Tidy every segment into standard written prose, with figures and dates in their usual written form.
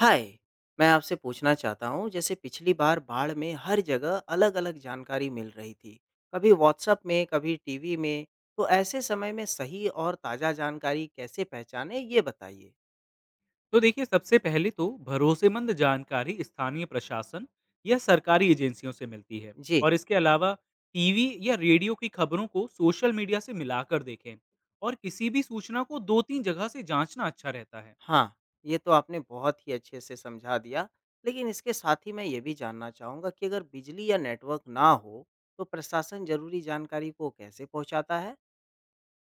हाय। मैं आपसे पूछना चाहता हूँ जैसे पिछली बार बाढ़ में हर जगह अलग-अलग जानकारी मिल रही थी। कभी व्हाट्सएप में कभी टीवी में। तो ऐसे समय में सही और ताज़ा जानकारी कैसे पहचाने ये बताइए। तो देखिए सबसे पहले तो भरोसेमंद जानकारी स्थानीय प्रशासन या सरकारी एजेंसियों से मिलती है। जी। और इसके अलावा टीवी या रेडियो की खबरों को सोशल मीडिया से मिलाकर देखें और किसी भी सूचना को दो तीन जगह से जांचना अच्छा रहता है। हाँ, ये तो आपने बहुत ही अच्छे से समझा दिया। लेकिन इसके साथ ही मैं ये भी जानना चाहूँगा कि अगर बिजली या नेटवर्क ना हो, तो प्रशासन जरूरी जानकारी को कैसे पहुँचाता है?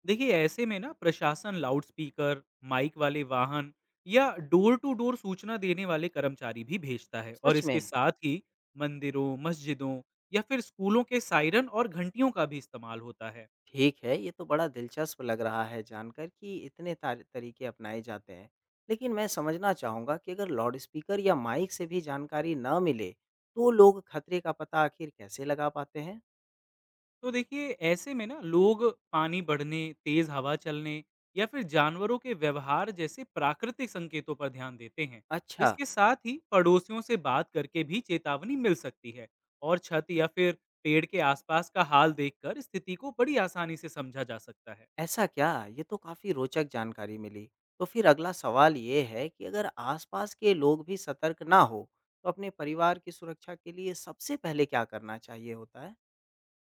देखिए ऐसे में ना प्रशासन लाउडस्पीकर, माइक वाले वाहन या डोर टू डोर सूचना देने वाले कर्मचारी भी भेजता है और सच इसके में। साथ ही मंदिरों, मस्जिदों या फिर स्कूलों के सायरन और घंटियों का भी इस्तेमाल होता है। ठीक है, ये तो बड़ा दिलचस्प लग रहा है जानकर कि इतने तार तरीके अपनाए जाते हैं। लेकिन मैं समझना चाहूँगा कि अगर लाउडस्पीकर या माइक से भी जानकारी ना मिले, तो लोग खतरे का पता आखिर कैसे लगा पाते हैं? तो देखिए ऐसे में ना लोग पानी बढ़ने, तेज हवा चलने या फिर जानवरों के व्यवहार जैसे प्राकृतिक संकेतों पर ध्यान देते हैं। अच्छा। इसके साथ ही पड़ोसियों से बात करके भी चेतावनी मिल सकती है और छत या फिर पेड़ के आसपास का हाल देखकर स्थिति को बड़ी आसानी से समझा जा सकता है। ऐसा क्या? ये तो काफ़ी रोचक जानकारी मिली। तो फिर अगला सवाल ये है कि अगर आसपास के लोग भी सतर्क ना हो, तो अपने परिवार की सुरक्षा के लिए सबसे पहले क्या करना चाहिए होता है?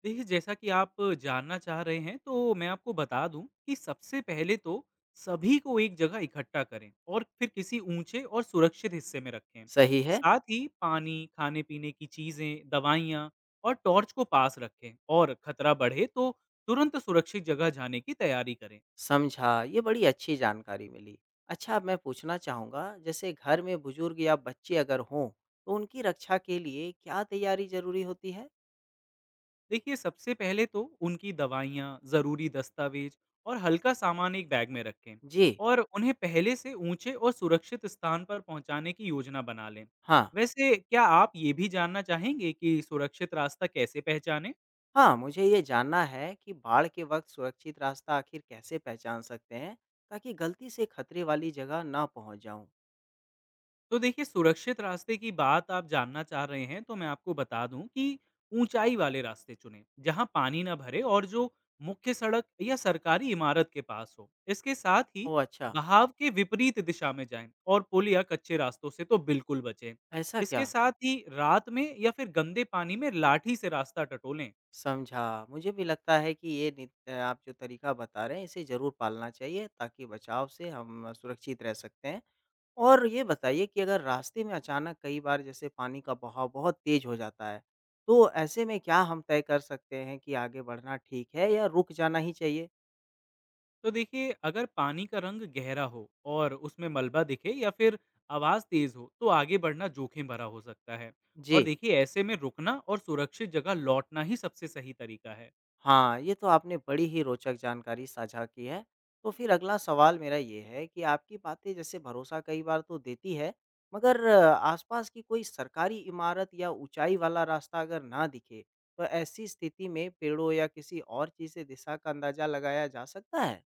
देखिए, जैसा कि आप जानना चाह रहे हैं, तो मैं आपको बता दूँ कि सबसे पहले तो सभी को एक जगह इकट्ठा करें और फिर किसी ऊँचे और सुरक्षित हिस्से में रखें। सही है। साथ ही पानी, खाने-पीने की चीज़ें, दवाइयाँ और टॉर्च को पास रखें और खतरा बढ़े तो तुरंत सुरक्षित जगह जाने की तैयारी करें। समझा, ये बड़ी अच्छी जानकारी मिली। अच्छा, अब मैं पूछना चाहूँगा, जैसे घर में बुजुर्ग या बच्चे अगर हों, तो उनकी रक्षा के लिए क्या तैयारी ज़रूरी होती है? देखिए सबसे पहले तो उनकी दवाइयाँ, ज़रूरी दस्तावेज और हल्का सामान एक बैग में रखें जी। और उन्हें पहले से ऊंचे और सुरक्षित स्थान पर पहुंचाने की योजना बना लें। हाँ। वैसे क्या आप ये भी जानना चाहेंगे कि सुरक्षित रास्ता कैसे पहचानें? हाँ, मुझे ये जानना है कि बाढ़ के वक़्त सुरक्षित रास्ता आखिर कैसे पहचान सकते हैं, ताकि गलती से खतरे वाली जगह ना पहुँच जाऊँ? तो देखिए सुरक्षित रास्ते की बात आप जानना चाह रहे हैं तो मैं आपको बता दूं कि ऊंचाई वाले रास्ते चुने जहां पानी ना भरे और जो मुख्य सड़क या सरकारी इमारत के पास हो। इसके साथ ही ओह! अच्छा। बहाव के विपरीत दिशा में जाएं और पुल या कच्चे रास्तों से तो बिल्कुल बचें। ऐसा क्या? इसके साथ ही रात में या फिर गंदे पानी में लाठी से रास्ता टटोलें। समझा, मुझे भी लगता है कि ये नि आप जो तरीका बता रहे हैं, इसे ज़रूर पालना चाहिए, ताकि बचाव से हम सुरक्षित रह सकते हैं। और ये बताइए कि अगर रास्ते में अचानक कई बार जैसे पानी का बहाव बहुत तेज हो जाता है, तो ऐसे में क्या हम तय कर सकते हैं कि आगे बढ़ना ठीक है या रुक जाना ही चाहिए? तो देखिए अगर पानी का रंग गहरा हो और उसमें मलबा दिखे या फिर आवाज़ तेज़ हो तो आगे बढ़ना जोखिम भरा हो सकता है। और जी। देखिए ऐसे में रुकना और सुरक्षित जगह लौटना ही सबसे सही तरीका है। हाँ, ये तो आपने बड़ी ही रोचक जानकारी साझा की है। तो फिर अगला सवाल मेरा ये है कि आपकी बातें जैसे भरोसा कई बार तो देती है, मगर आसपास की कोई सरकारी इमारत या ऊंचाई वाला रास्ता अगर ना दिखे, तो ऐसी स्थिति में पेड़ों या किसी और चीज़ से दिशा का अंदाजा लगाया जा सकता है?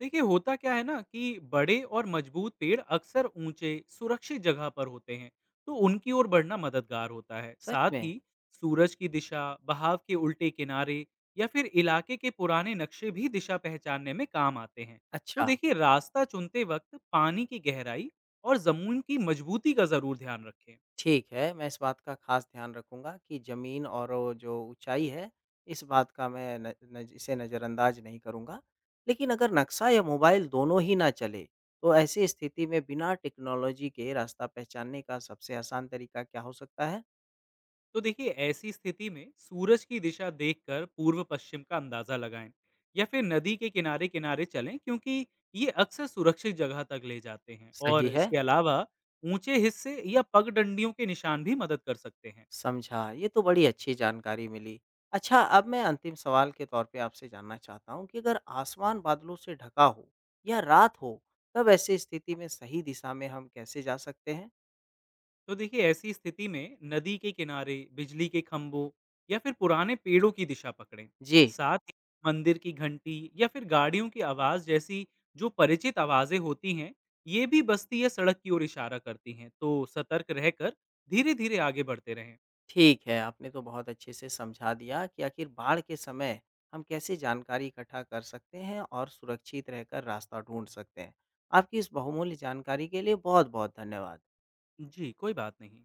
देखिए होता क्या है ना कि बड़े और मजबूत पेड़ अक्सर ऊंचे सुरक्षित जगह पर होते हैं तो उनकी ओर बढ़ना मददगार होता है। सच साथ में? ही सूरज की दिशा, बहाव के उल्टे किनारे या फिर इलाके के पुराने नक्शे भी दिशा पहचानने में काम आते हैं। तो अच्छा। देखिए रास्ता चुनते वक्त पानी की गहराई और जमीन की मजबूती का जरूर ध्यान रखें। ठीक है। मैं इस बात का ख़ास ध्यान रखूँगा कि ज़मीन और वो जो ऊँचाई है, इस बात का मैं न नज़ इसे नज़रअंदाज़ नहीं करूँगा। लेकिन अगर नक्शा या मोबाइल दोनों ही ना चले, तो ऐसी स्थिति में बिना टेक्नोलॉजी के रास्ता पहचानने का सबसे आसान तरीका क्या हो सकता है? तो देखिए ऐसी स्थिति में सूरज की दिशा देखकर पूर्व पश्चिम का अंदाजा लगाएं या फिर नदी के किनारे किनारे चलें क्योंकि ये अक्सर सुरक्षित जगह तक ले जाते हैं। और सही है। इसके अलावा ऊंचे हिस्से या पगडंडियों के निशान भी मदद कर सकते हैं। समझा, ये तो बड़ी अच्छी जानकारी मिली। अच्छा, अब मैं अंतिम सवाल के तौर पे आपसे जानना चाहता हूँ कि अगर आसमान बादलों से ढका हो या रात हो, तब ऐसी स्थिति में सही दिशा में हम कैसे जा सकते हैं? तो देखिए ऐसी स्थिति में नदी के किनारे बिजली के खंभों या फिर पुराने पेड़ों की दिशा पकड़ें। जी। साथ ही मंदिर की घंटी या फिर गाड़ियों की आवाज़ जैसी जो परिचित आवाज़ें होती हैं, ये भी बस्ती या सड़क की ओर इशारा करती हैं। तो सतर्क रहकर धीरे धीरे आगे बढ़ते रहें। ठीक है, आपने तो बहुत अच्छे से समझा दिया कि आखिर बाढ़ के समय हम कैसे जानकारी इकट्ठा कर सकते हैं और सुरक्षित रहकर रास्ता ढूंढ सकते हैं। आपकी इस बहुमूल्य जानकारी के लिए बहुत-बहुत धन्यवाद। जी कोई बात नहीं।